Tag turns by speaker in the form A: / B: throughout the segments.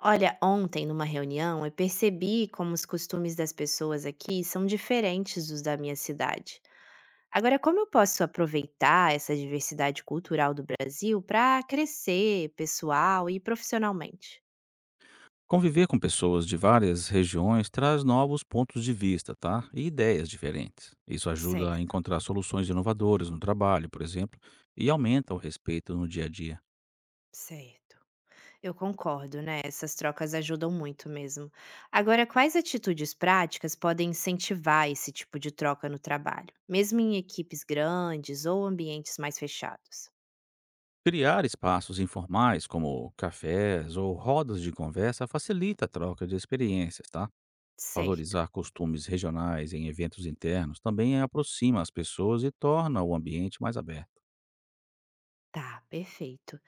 A: Olha, ontem numa reunião eu percebi como os costumes das pessoas aqui são diferentes dos da minha cidade. Agora, como eu posso aproveitar essa diversidade cultural do Brasil para crescer pessoal e profissionalmente?
B: Conviver com pessoas de várias regiões traz novos pontos de vista, tá? E ideias diferentes. Isso ajuda a
A: Certo,
B: encontrar soluções inovadoras no trabalho, por exemplo, e aumenta o respeito no dia a dia.
A: certo. Eu concordo, né? Essas trocas ajudam muito mesmo. Agora, quais atitudes práticas podem incentivar esse tipo de troca no trabalho, mesmo em equipes grandes ou ambientes mais fechados?
B: Criar espaços informais, como cafés ou rodas de conversa, facilita a troca de experiências, tá?
A: Certo.
B: Valorizar costumes regionais em eventos internos também aproxima as pessoas e torna o ambiente mais aberto.
A: Tá, perfeito.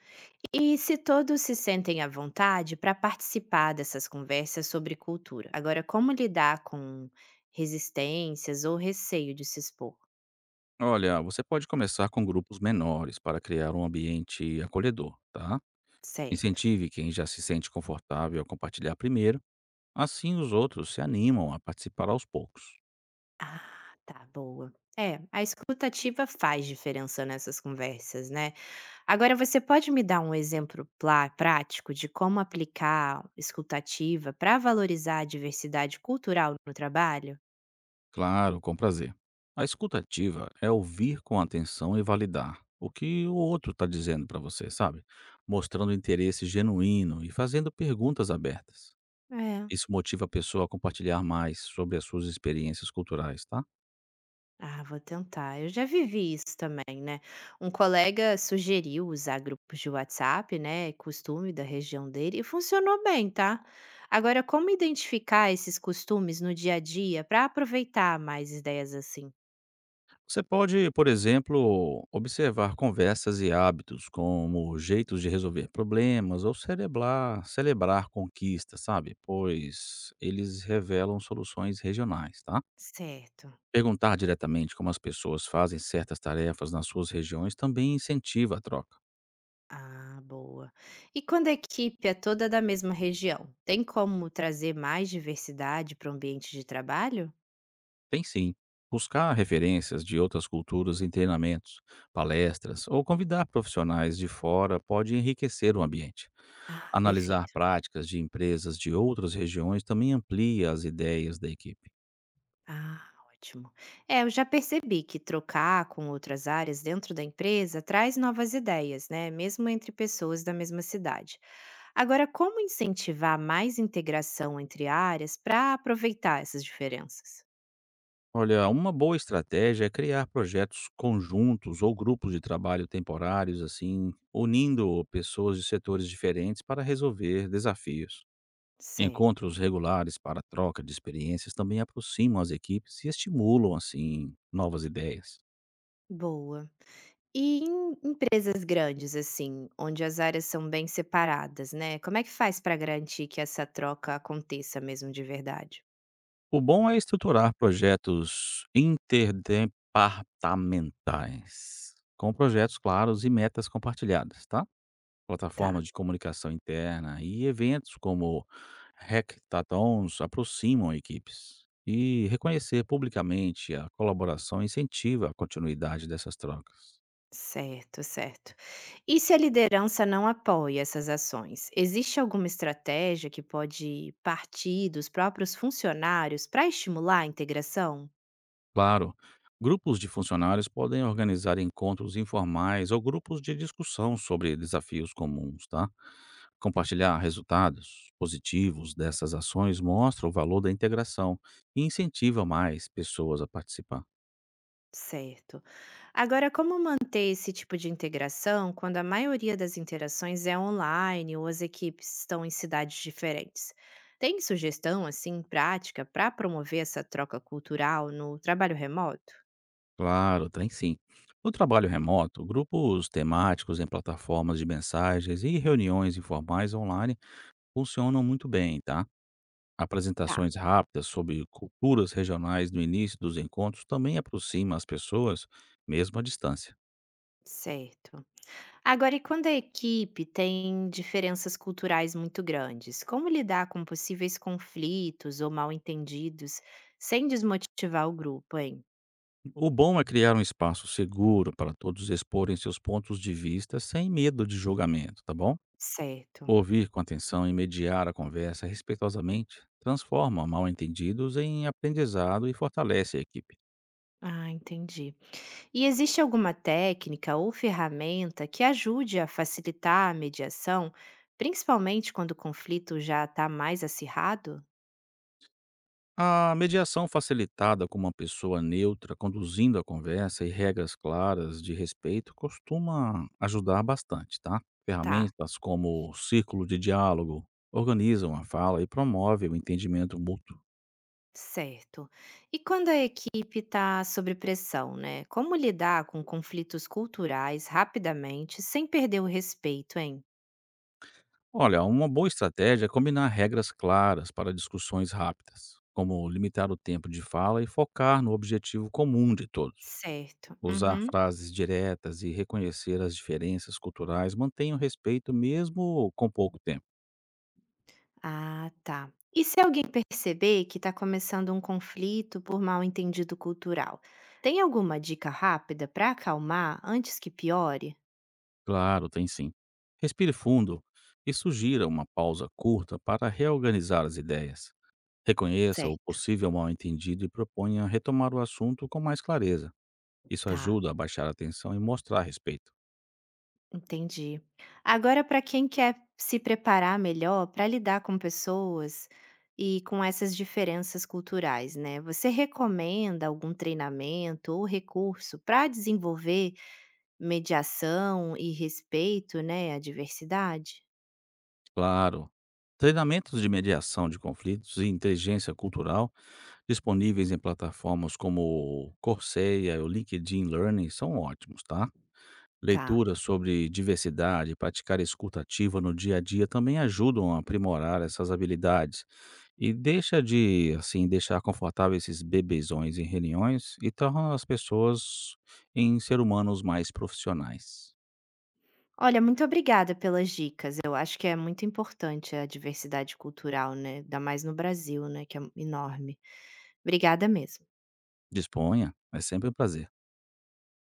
A: E se todos se sentem à vontade para participar dessas conversas sobre cultura? Agora, como lidar com resistências ou receio de se expor?
B: Olha, você pode começar com grupos menores para criar um ambiente acolhedor, tá?
A: Certo.
B: Incentive quem já se sente confortável a compartilhar primeiro, assim os outros se animam a participar aos poucos.
A: Ah, tá, boa. É, a escutativa faz diferença nessas conversas, né? Agora, você pode me dar um exemplo prático de como aplicar escutativa para valorizar a diversidade cultural no trabalho?
B: Claro, com prazer. A escuta ativa é ouvir com atenção e validar o que o outro está dizendo para você, sabe? Mostrando interesse genuíno e fazendo perguntas abertas.
A: É.
B: Isso motiva a pessoa a compartilhar mais sobre as suas experiências culturais, tá?
A: Ah, vou tentar. Eu já vivi isso também, né? Um colega sugeriu usar grupos de WhatsApp, né? Costume da região dele, e funcionou bem, tá? Agora, como identificar esses costumes no dia a dia para aproveitar mais ideias assim?
B: Você pode, por exemplo, observar conversas e hábitos, como jeitos de resolver problemas ou celebrar conquistas, sabe? Pois eles revelam soluções regionais, tá?
A: Certo.
B: Perguntar diretamente como as pessoas fazem certas tarefas nas suas regiões também incentiva a troca.
A: Ah, boa. E quando a equipe é toda da mesma região, tem como trazer mais diversidade para o ambiente de trabalho?
B: Tem sim. Buscar referências de outras culturas em treinamentos, palestras ou convidar profissionais de fora pode enriquecer o ambiente.
A: Ah,
B: Analisar
A: perfeito.
B: práticas de empresas de outras regiões também amplia as ideias da equipe.
A: Ah, ótimo. É, eu já percebi que trocar com outras áreas dentro da empresa traz novas ideias, né? Mesmo entre pessoas da mesma cidade. Agora, como incentivar mais integração entre áreas para aproveitar essas diferenças?
B: Olha, uma boa estratégia é criar projetos conjuntos ou grupos de trabalho temporários, assim, unindo pessoas de setores diferentes para resolver desafios.
A: Certo.
B: Encontros regulares para troca de experiências também aproximam as equipes e estimulam, assim, novas ideias.
A: Boa. E em empresas grandes, assim, onde as áreas são bem separadas, né? Como é que faz para garantir que essa troca aconteça mesmo de verdade?
B: O bom é estruturar projetos interdepartamentais, com projetos claros e metas compartilhadas, tá?
A: Tá.
B: Plataformas de comunicação interna e eventos como hackathons aproximam equipes. E reconhecer publicamente a colaboração incentiva a continuidade dessas trocas.
A: Certo, certo. E se a liderança não apoia essas ações, existe alguma estratégia que pode partir dos próprios funcionários para estimular a integração?
B: Claro, grupos de funcionários podem organizar encontros informais ou grupos de discussão sobre desafios comuns, tá? Compartilhar resultados positivos dessas ações mostra o valor da integração e incentiva mais pessoas a participar.
A: Certo. Agora, como manter esse tipo de integração quando a maioria das interações é online ou as equipes estão em cidades diferentes? Tem sugestão assim prática para promover essa troca cultural no trabalho remoto?
B: Claro, tem sim. No trabalho remoto, grupos temáticos em plataformas de mensagens e reuniões informais online funcionam muito bem, tá?
A: Tá,
B: Apresentações rápidas sobre culturas regionais no início dos encontros também aproxima as pessoas, mesmo à distância.
A: certo. Agora, e quando a equipe tem diferenças culturais muito grandes, como lidar com possíveis conflitos ou mal-entendidos sem desmotivar o grupo, hein?
B: O bom é criar um espaço seguro para todos exporem seus pontos de vista sem medo de julgamento, tá bom?
A: Certo.
B: Ouvir com atenção e mediar a conversa respeitosamente transforma mal-entendidos em aprendizado e fortalece a equipe.
A: Ah, entendi. E existe alguma técnica ou ferramenta que ajude a facilitar a mediação, principalmente quando o conflito já está mais acirrado?
B: A mediação facilitada com uma pessoa neutra conduzindo a conversa e regras claras de respeito costuma ajudar bastante, tá?
A: Tá.
B: Ferramentas como o círculo de diálogo organizam a fala e promovem o entendimento mútuo.
A: Certo. E quando a equipe está sob pressão, né? Como lidar com conflitos culturais rapidamente sem perder o respeito, hein?
B: Olha, uma boa estratégia é combinar regras claras para discussões rápidas, como limitar o tempo de fala e focar no objetivo comum de todos.
A: Certo.
B: Usar
A: Uhum.
B: frases diretas e reconhecer as diferenças culturais mantém o respeito mesmo com pouco tempo.
A: Ah, tá. E se alguém perceber que está começando um conflito por mal entendido cultural, tem alguma dica rápida para acalmar antes que piore?
B: Claro, tem sim. Respire fundo e sugira uma pausa curta para reorganizar as ideias. Reconheça o
A: Certo.
B: possível mal-entendido e proponha retomar o assunto com mais clareza. Isso
A: Tá.
B: ajuda a baixar a tensão e mostrar respeito.
A: Entendi. Agora, para quem quer se preparar melhor para lidar com pessoas e com essas diferenças culturais, né? Você recomenda algum treinamento ou recurso para desenvolver mediação e respeito, né, à diversidade?
B: Claro, treinamentos de mediação de conflitos e inteligência cultural disponíveis em plataformas como o Coursera e o LinkedIn Learning são ótimos, tá?
A: Tá.
B: Leituras sobre diversidade e praticar escuta ativa no dia a dia também ajudam a aprimorar essas habilidades. E deixa de, assim, deixar confortáveis esses bebezões em reuniões e torna as pessoas em ser humanos mais profissionais.
A: Olha, muito obrigada pelas dicas. Eu acho que é muito importante a diversidade cultural, né? Ainda mais no Brasil, né? Que é enorme. Obrigada mesmo.
B: Disponha, é sempre um prazer.